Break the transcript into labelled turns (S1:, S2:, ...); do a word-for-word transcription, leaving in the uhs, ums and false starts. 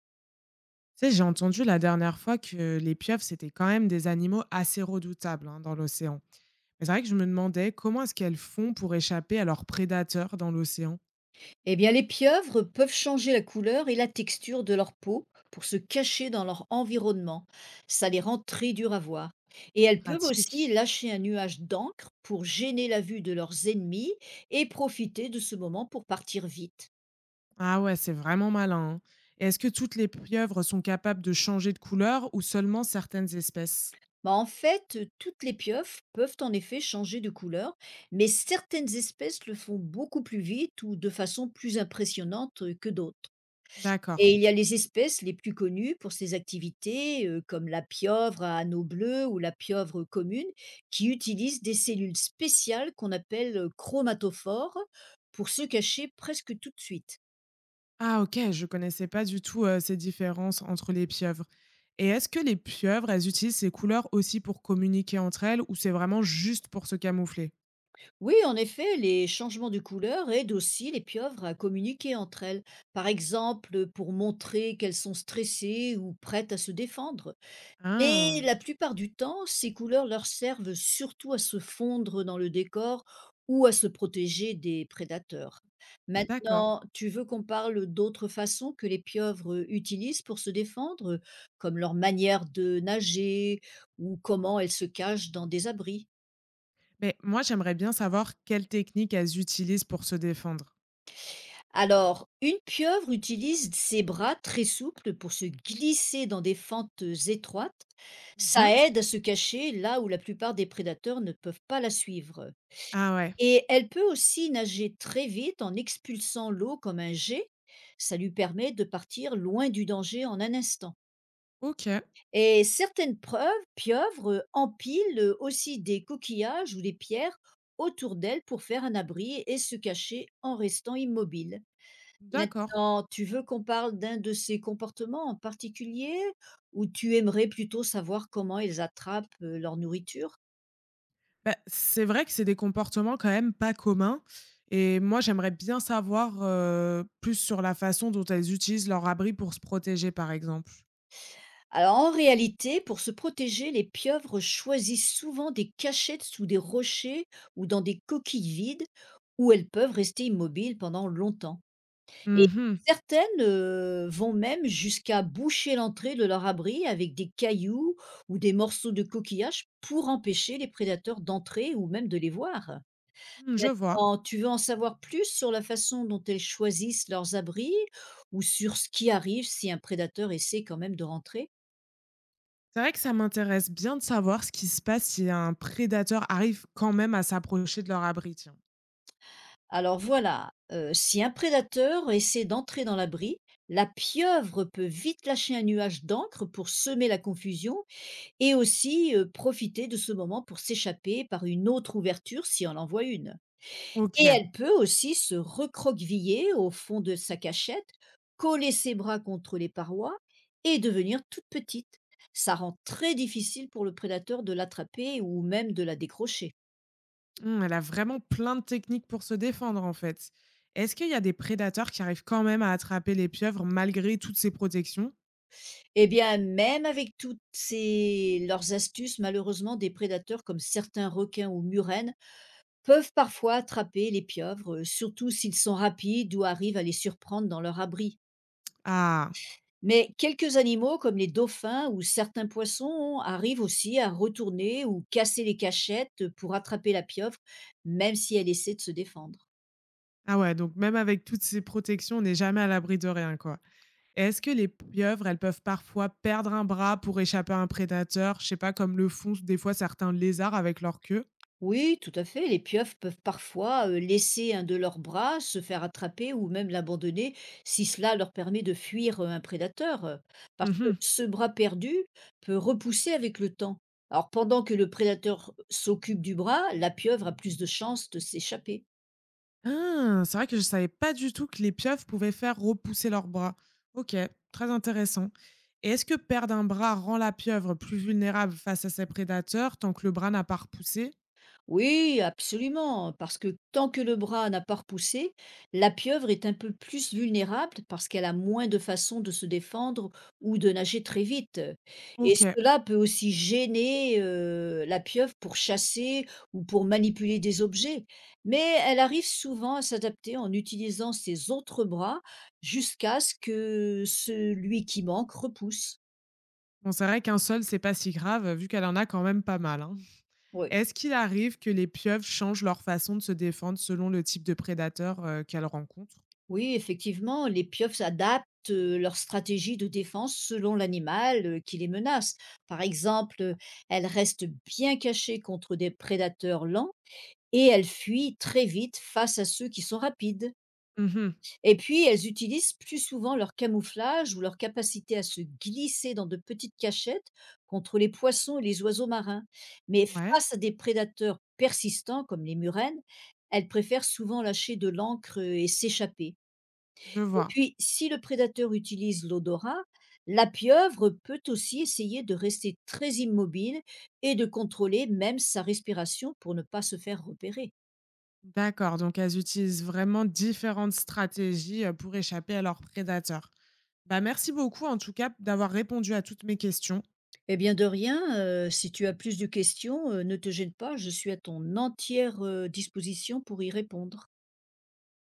S1: Tu sais, j'ai entendu la dernière fois que les pieuvres, c'était quand même des animaux assez redoutables hein, dans l'océan. Mais c'est vrai que je me demandais comment est-ce qu'elles font pour échapper à leurs prédateurs dans l'océan.
S2: Eh bien, les pieuvres peuvent changer la couleur et la texture de leur peau pour se cacher dans leur environnement. Ça les rend très durs à voir. Et elles peuvent
S1: Pratique.
S2: aussi lâcher un nuage d'encre pour gêner la vue de leurs ennemis et profiter de ce moment pour partir vite.
S1: Ah ouais, c'est vraiment malin, hein. Et est-ce que toutes les pieuvres sont capables de changer de couleur ou seulement certaines espèces?
S2: Bah, en fait, toutes les pieuvres peuvent en effet changer de couleur, mais certaines espèces le font beaucoup plus vite ou de façon plus impressionnante que d'autres. Et
S1: D'accord.
S2: il y a les espèces les plus connues pour ces activités, heu, comme la pieuvre à anneaux bleus ou la pieuvre commune, qui utilisent des cellules spéciales qu'on appelle, heu, chromatophores pour se cacher presque tout de suite.
S1: Ah ok, je connaissais pas du tout euh, ces différences entre les pieuvres. Et est-ce que les pieuvres, elles utilisent ces couleurs aussi pour communiquer entre elles ou c'est vraiment juste pour se camoufler?
S2: Oui, en effet, les changements de couleur aident aussi les pieuvres à communiquer entre elles, par exemple, pour montrer qu'elles sont stressées ou prêtes à se défendre. Mais
S1: Ah,
S2: la plupart du temps, ces couleurs leur servent surtout à se fondre dans le décor ou à se protéger des prédateurs. Mm.
S1: d'accord.
S2: Maintenant, tu veux qu'on parle d'autres façons que les pieuvres utilisent pour se défendre, comme leur manière de nager ou comment elles se cachent dans des abris.
S1: Mais moi, j'aimerais bien savoir quelles techniques elles utilisent pour se défendre.
S2: Alors, une pieuvre utilise ses bras très souples pour se glisser dans des fentes étroites. Ça
S1: Mmh.
S2: aide à se cacher là où la plupart des prédateurs ne peuvent pas la suivre.
S1: Ah ouais.
S2: Et elle peut aussi nager très vite en expulsant l'eau comme un jet. Ça lui permet de partir loin du danger en un instant.
S1: OK,
S2: Et certaines preuves, pieuvres euh, empilent euh, aussi des coquillages ou des pierres autour d'elle pour faire un abri et se cacher en restant immobile.
S1: d'accord.
S2: Maintenant, tu veux qu'on parle d'un de ces comportements en particulier ou tu aimerais plutôt savoir comment ils attrapent euh, leur nourriture?
S1: Bah, c'est vrai que c'est des comportements quand même pas communs et moi, j'aimerais bien savoir, heu, plus sur la façon dont elles utilisent leur abri pour se protéger, par exemple.
S2: Alors en réalité, pour se protéger, les pieuvres choisissent souvent des cachettes sous des rochers ou dans des coquilles vides où elles peuvent rester immobiles pendant longtemps. Et
S1: Mmh. Mh.
S2: certaines euh, vont même jusqu'à boucher l'entrée de leur abri avec des cailloux ou des morceaux de coquillage pour empêcher les prédateurs d'entrer ou même de les voir.
S1: Mmh, je vois.
S2: Maintenant, tu veux en savoir plus sur la façon dont elles choisissent leurs abris ou sur ce qui arrive si un prédateur essaie quand même de rentrer?
S1: C'est vrai que ça m'intéresse bien de savoir ce qui se passe si un prédateur arrive quand même à s'approcher de leur abri, tiens.
S2: Alors voilà, heu, si un prédateur essaie d'entrer dans l'abri, la pieuvre peut vite lâcher un nuage d'encre pour semer la confusion et aussi, heu, profiter de ce moment pour s'échapper par une autre ouverture si on en voit une. Et
S1: OK.
S2: elle peut aussi se recroqueviller au fond de sa cachette, coller ses bras contre les parois et devenir toute petite. Ça rend très difficile pour le prédateur de l'attraper ou même de la décrocher.
S1: Mmh, elle a vraiment plein de techniques pour se défendre, en fait. Est-ce qu'il y a des prédateurs qui arrivent quand même à attraper les pieuvres malgré toutes ces protections?
S2: Eh bien, même avec toutes ces leurs astuces, malheureusement, des prédateurs comme certains requins ou murènes peuvent parfois attraper les pieuvres, euh, surtout s'ils sont rapides ou arrivent à les surprendre dans leur abri.
S1: Ah!
S2: Mais quelques animaux comme les dauphins ou certains poissons arrivent aussi à retourner ou casser les cachettes pour attraper la pieuvre, même si elle essaie de se défendre.
S1: Ah ouais, donc même avec toutes ces protections, on n'est jamais à l'abri de rien, quoi. Est-ce que les pieuvres, elles peuvent parfois perdre un bras pour échapper à un prédateur? Je sais pas, comme le font des fois certains lézards avec leur queue?
S2: Oui, tout à fait. Les pieuvres peuvent parfois euh, laisser un de leurs bras se faire attraper ou même l'abandonner si cela leur permet de fuir euh, un prédateur. euh, Parce que
S1: Mhm.
S2: ce bras perdu peut repousser avec le temps. Alors pendant que le prédateur s'occupe du bras, la pieuvre a plus de chances de s'échapper.
S1: Ah! C'est vrai que je savais pas du tout que les pieuvres pouvaient faire repousser leurs bras. OK, très intéressant. Et est-ce que perdre un bras rend la pieuvre plus vulnérable face à ses prédateurs tant que le bras n'a pas repoussé?
S2: Oui, absolument, parce que tant que le bras n'a pas repoussé, la pieuvre est un peu plus vulnérable parce qu'elle a moins de façons de se défendre ou de nager très vite. Et
S1: OK.
S2: cela peut aussi gêner euh, la pieuvre pour chasser ou pour manipuler des objets. Mais elle arrive souvent à s'adapter en utilisant ses autres bras jusqu'à ce que celui qui manque repousse.
S1: Bon, c'est vrai qu'un seul, c'est pas si grave, vu qu'elle en a quand même pas mal, hein.
S2: Oui.
S1: Est-ce qu'il arrive que les pieuvres changent leur façon de se défendre selon le type de prédateur, heu, qu'elles rencontrent?
S2: Oui, effectivement, les pieuvres adaptent euh, leur stratégie de défense selon l'animal euh, qui les menace. Par exemple, euh, elles restent bien cachées contre des prédateurs lents et elles fuient très vite face à ceux qui sont rapides.
S1: Mmh.
S2: Et puis, elles utilisent plus souvent leur camouflage ou leur capacité à se glisser dans de petites cachettes contre les poissons et les oiseaux marins. Mais
S1: Ouais,
S2: face à des prédateurs persistants comme les murènes, elles préfèrent souvent lâcher de l'encre et s'échapper.
S1: je
S2: Et
S1: vois.
S2: puis, si le prédateur utilise l'odorat, la pieuvre peut aussi essayer de rester très immobile et de contrôler même sa respiration pour ne pas se faire repérer.
S1: D'accord, donc elles utilisent vraiment différentes stratégies, heu, pour échapper à leurs prédateurs. Bah, merci beaucoup en tout cas d'avoir répondu à toutes mes questions.
S2: Eh bien, de rien, euh, si tu as plus de questions, euh, ne te gêne pas, je suis à ton entière euh, disposition pour y répondre.